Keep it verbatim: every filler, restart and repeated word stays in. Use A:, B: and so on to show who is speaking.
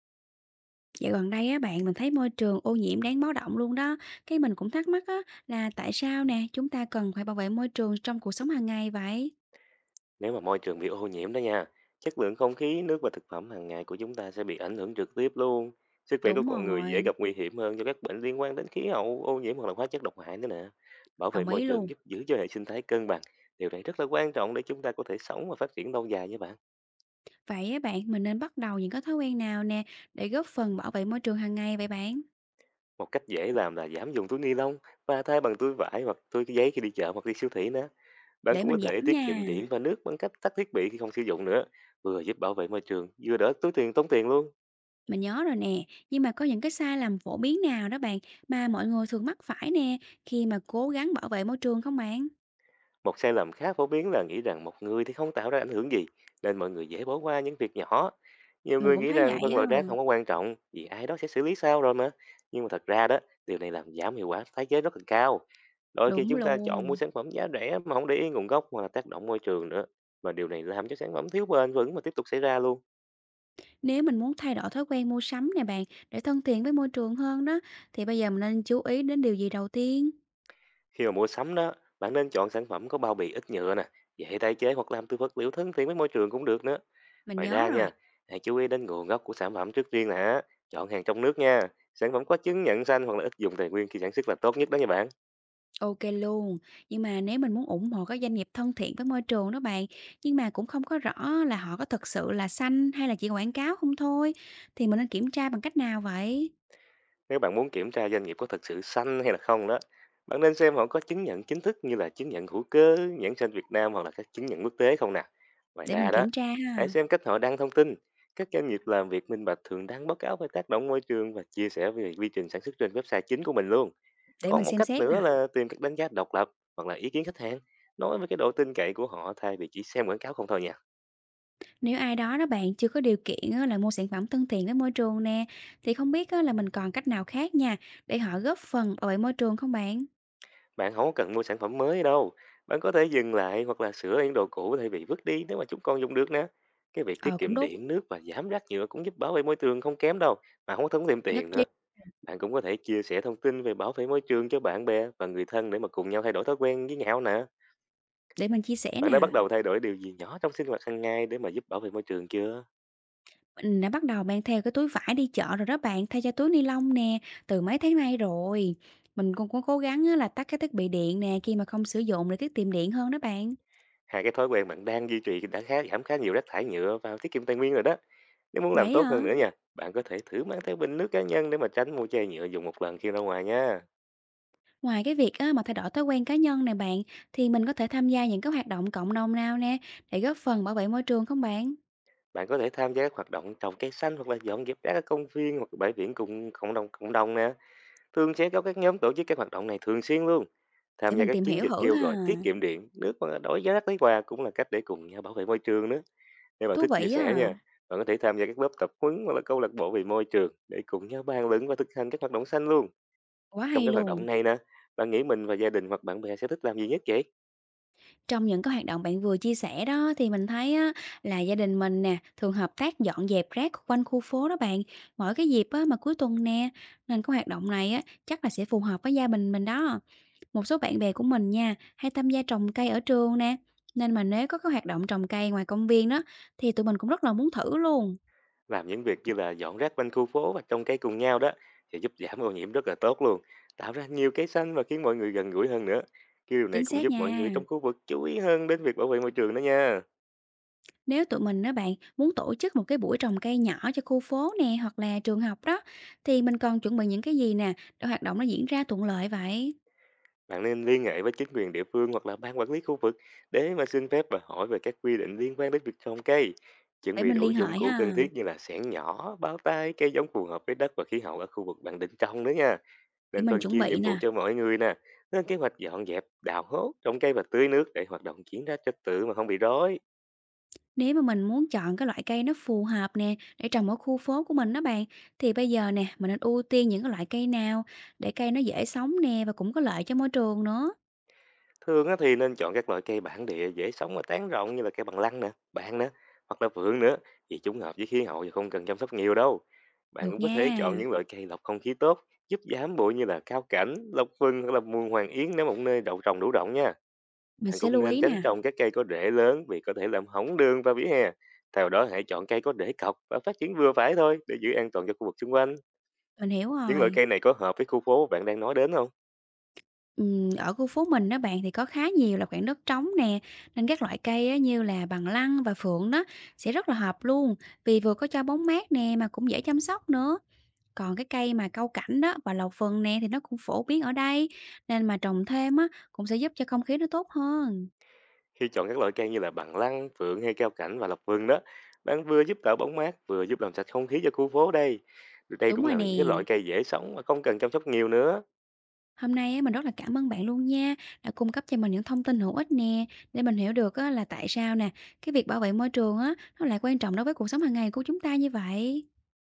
A: Dạo gần đây á bạn, mình thấy môi trường ô nhiễm đáng báo động luôn đó. Cái mình cũng thắc mắc á là tại sao nè, chúng ta cần phải bảo vệ môi trường trong cuộc sống hàng ngày vậy?
B: Nếu mà môi trường bị ô nhiễm đó nha, chất lượng không khí, nước và thực phẩm hàng ngày của chúng ta sẽ bị ảnh hưởng trực tiếp luôn. Sức khỏe của
A: Đúng
B: con người dễ
A: rồi,
B: gặp nguy hiểm hơn do các bệnh liên quan đến khí hậu, ô nhiễm hoặc là hóa chất độc hại nữa nè. Bảo vệ
A: đồng
B: môi
A: ý
B: trường
A: luôn.
B: giúp giữ cho hệ sinh thái cân bằng. Điều này rất là quan trọng để chúng ta có thể sống và phát triển lâu dài nha bạn.
A: Vậy á bạn, mình nên bắt đầu những cái thói quen nào nè để góp phần bảo vệ môi trường hàng ngày vậy bạn?
B: Một cách dễ làm là giảm dùng túi ni lông và thay bằng túi vải hoặc túi giấy khi đi chợ hoặc đi siêu thị nữa. Bạn
A: Để
B: cũng có
A: mình
B: thể
A: giảm
B: tiết
A: nha.
B: kiệm điện và nước bằng cách tắt thiết bị khi không sử dụng nữa. Vừa giúp bảo vệ môi trường, vừa đỡ túi tiền tốn tiền luôn.
A: Mình nhớ rồi nè, nhưng mà có những cái sai lầm phổ biến nào đó bạn mà mọi người thường mắc phải nè khi mà cố gắng bảo vệ môi trường không bạn?
B: Một sai lầm khá phổ biến là nghĩ rằng một người thì không tạo ra ảnh hưởng gì, nên mọi người dễ bỏ qua những việc nhỏ. Nhiều
A: Mình
B: người
A: cũng
B: nghĩ
A: thấy
B: rằng
A: vậy
B: phân
A: á.
B: loại rác không có quan trọng, vì ai đó sẽ xử lý sau rồi mà. Nhưng mà thật ra đó, điều này làm giảm hiệu quả tái chế rất là cao. Đôi khi
A: Đúng
B: chúng ta chọn mua
A: luôn.
B: sản phẩm giá rẻ mà không để ý nguồn gốc hoặc là tác động môi trường nữa. Và điều này làm cho sản phẩm thiếu bền vững mà tiếp tục xảy ra luôn.
A: Nếu mình muốn thay đổi thói quen mua sắm nè bạn, để thân thiện với môi trường hơn đó, thì bây giờ mình nên chú ý đến điều gì đầu tiên?
B: Khi mà mua sắm đó, bạn nên chọn sản phẩm có bao bì ít nhựa nè, dễ tái chế hoặc làm từ vật liệu thân thiện với môi trường cũng được nữa.
A: Mình
B: Ngoài
A: nhớ
B: ra
A: rồi.
B: nha, hãy chú ý đến nguồn gốc của sản phẩm trước tiên nè. Chọn hàng trong nước nha. Sản phẩm có chứng nhận xanh hoặc là ít dùng tài nguyên khi sản xuất là tốt nhất đó nha bạn.
A: Ok luôn. Nhưng mà nếu mình muốn ủng hộ các doanh nghiệp thân thiện với môi trường đó bạn, nhưng mà cũng không có rõ là họ có thực sự là xanh hay là chỉ quảng cáo không thôi, thì mình nên kiểm tra bằng cách nào vậy?
B: Nếu bạn muốn kiểm tra doanh nghiệp có thực sự xanh hay là không đó, bạn nên xem họ có chứng nhận chính thức như là chứng nhận hữu cơ, nhãn xanh Việt Nam hoặc là các chứng nhận quốc tế không nè. Ngoài
A: Để mình
B: ra đó,
A: kiểm tra
B: hãy
A: ha,
B: xem cách họ đăng thông tin. Các doanh nghiệp làm việc minh bạch thường đăng báo cáo về tác động môi trường và chia sẻ về quy trình sản xuất trên website chính của mình luôn.
A: để
B: Còn
A: mình
B: một
A: xem
B: cách
A: xét
B: nữa
A: nè.
B: là tìm các đánh giá độc lập hoặc là ý kiến khách hàng, nói với cái độ tin cậy của họ thay vì chỉ xem quảng cáo không thôi nha.
A: Nếu ai đó đó bạn chưa có điều kiện á, là mua sản phẩm thân thiện với môi trường nè, thì không biết á, là mình còn cách nào khác nha, để họ góp phần bảo vệ môi trường không bạn?
B: Bạn không có cần mua sản phẩm mới đâu. Bạn có thể dừng lại hoặc là sửa những đồ cũ thay vì vứt đi nếu mà chúng con dùng được nè. Cái việc tiết
A: Ờ, cũng
B: kiệm
A: đúng,
B: điện, nước và giảm rác nhựa cũng giúp bảo vệ môi trường không kém đâu, mà không có tốn thêm
A: nhất
B: tiền
A: trí.
B: nữa. Bạn cũng có thể chia sẻ thông tin về bảo vệ môi trường cho bạn bè và người thân để mà cùng nhau thay đổi thói quen với nhau nè.
A: Để mình chia sẻ
B: Bạn đã bắt
A: nè,
B: đầu thay đổi điều gì nhỏ trong sinh hoạt hàng ngày để mà giúp bảo vệ môi trường chưa?
A: mình đã bắt đầu mang theo cái túi vải đi chợ rồi đó bạn, thay cho túi ni lông nè, từ mấy tháng nay rồi. Mình cũng có cố gắng á là tắt các thiết bị điện nè khi mà không sử dụng để tiết kiệm điện hơn đó bạn.
B: Hai cái thói quen bạn đang duy trì đã khá giảm khá nhiều rác thải nhựa và tiết kiệm tài nguyên rồi đó. Nếu muốn làm
A: Vậy
B: tốt hơn
A: hả?
B: nữa nha, bạn có thể thử mang theo bình nước cá nhân để mà tránh mua chai nhựa dùng một lần khi ra ngoài nha.
A: Ngoài cái việc á mà thay đổi thói quen cá nhân này bạn, thì mình có thể tham gia những cái hoạt động cộng đồng nào nè để góp phần bảo vệ môi trường không bạn?
B: Bạn có thể tham gia các hoạt động trồng cây xanh hoặc là dọn dẹp rác ở công viên hoặc là bãi biển cùng cộng đồng cộng đồng nè. Thường sẽ có các nhóm tổ chức các hoạt động này thường xuyên luôn. Tham
A: Để
B: gia
A: mình
B: các
A: tìm
B: chiến
A: hiểu
B: dịch
A: thử
B: kêu
A: ha.
B: gọi tiết kiệm điện, nước và đổi giá rác lấy quà cũng là cách để cùng nhau bảo vệ môi trường nữa. Nếu bạn
A: Thú
B: thích chia
A: vị
B: sẻ nha,
A: á,
B: bạn có thể tham gia các lớp tập huấn hoặc là câu lạc bộ về môi trường để cùng nhau bàn luận và thực hành các hoạt động xanh luôn.
A: quá
B: Trong
A: hay
B: các hoạt động
A: luôn.
B: này nè, bạn nghĩ mình và gia đình hoặc bạn bè sẽ thích làm gì nhất vậy?
A: Trong những cái hoạt động bạn vừa chia sẻ đó thì mình thấy á, là gia đình mình nè thường hợp tác dọn dẹp rác quanh khu phố đó bạn, mỗi cái dịp á, mà cuối tuần nè, nên cái hoạt động này á, chắc là sẽ phù hợp với gia đình mình đó. Một số bạn bè của mình nha hay tham gia trồng cây ở trường nè, nên mà nếu có cái hoạt động trồng cây ngoài công viên đó thì tụi mình cũng rất là muốn thử luôn.
B: Làm những việc như là dọn rác quanh khu phố và trồng cây cùng nhau đó sẽ giúp giảm ô nhiễm rất là tốt luôn, tạo ra nhiều cây xanh và khiến mọi người gần gũi hơn nữa. Cái điều này
A: Chính
B: cũng
A: xác
B: giúp mọi người
A: nha.
B: trong khu vực chú ý hơn đến việc bảo vệ môi trường đó nha.
A: Nếu tụi mình đó bạn muốn tổ chức một cái buổi trồng cây nhỏ cho khu phố nè, hoặc là trường học đó, thì mình còn chuẩn bị những cái gì nè để hoạt động nó diễn ra thuận lợi vậy?
B: Bạn nên liên hệ với chính quyền địa phương hoặc là ban quản lý khu vực để mà xin phép và hỏi về các quy định liên quan đến việc trồng cây. Chuẩn
A: Để
B: bị
A: mình
B: đủ
A: liên
B: dụng
A: hệ
B: cụ
A: ha.
B: cần thiết như là xẻng nhỏ, bao tay, cây giống phù hợp với đất và khí hậu ở khu vực bạn định trồng nữa nha.
A: Để
B: Nên
A: mình
B: phân
A: chuẩn
B: chia
A: bị
B: nhiệm vụ
A: nè.
B: cho mọi người nè, lên kế hoạch dọn dẹp, đào hố, trồng cây và tưới nước để hoạt động diễn ra trật tự mà không bị rối.
A: Nếu mà mình muốn chọn cái loại cây nó phù hợp nè để trồng ở khu phố của mình đó bạn, thì bây giờ nè mình nên ưu tiên những cái loại cây nào để cây nó dễ sống nè và cũng có lợi cho môi trường nữa.
B: Thường á thì nên chọn các loại cây bản địa dễ sống và tán rộng như là cây bằng lăng nè, bạn nè, hoặc là vượng nữa, vì chúng hợp với khí hậu và không cần chăm sóc nhiều đâu. Bạn
A: Được
B: cũng có thể
A: nha.
B: chọn những loại cây lọc không khí tốt, giúp giảm bụi như là cao cảnh, lộc vừng hoặc là muôn hoàng yến nếu một nơi đậu trồng đủ rộng nha.
A: Mình
B: Bạn
A: sẽ
B: cũng
A: lưu
B: nên
A: ý
B: tránh
A: nè.
B: trồng các cây có rễ lớn vì có thể làm hỏng đường và vỉa hè. Theo đó hãy chọn cây có rễ cọc và phát triển vừa phải thôi để giữ an toàn cho khu vực xung quanh.
A: Mình hiểu
B: Những loại
A: rồi.
B: cây này có hợp với khu phố bạn đang nói đến không?
A: Ừm, ở khu phố mình đó bạn thì có khá nhiều là khoảng đất trống nè, nên các loại cây á, như là bằng lăng và phượng đó sẽ rất là hợp luôn, vì vừa có cho bóng mát nè mà cũng dễ chăm sóc nữa. Còn cái cây mà cau cảnh đó và lầu phần nè thì nó cũng phổ biến ở đây, nên mà trồng thêm á cũng sẽ giúp cho không khí nó tốt hơn.
B: Khi chọn các loại cây như là bằng lăng, phượng hay keo cảnh và lộc vừng đó, bạn vừa giúp tạo bóng mát, vừa giúp làm sạch không khí cho khu phố đây. Đây
A: Đúng
B: cũng
A: rồi
B: là những cái
A: nè,
B: loại cây dễ sống mà không cần chăm sóc nhiều nữa.
A: hôm nay á, mình rất là cảm ơn bạn luôn nha, đã cung cấp cho mình những thông tin hữu ích nè, để mình hiểu được á, là tại sao nè, cái việc bảo vệ môi trường á nó lại quan trọng đối với cuộc sống hàng ngày của chúng ta như vậy.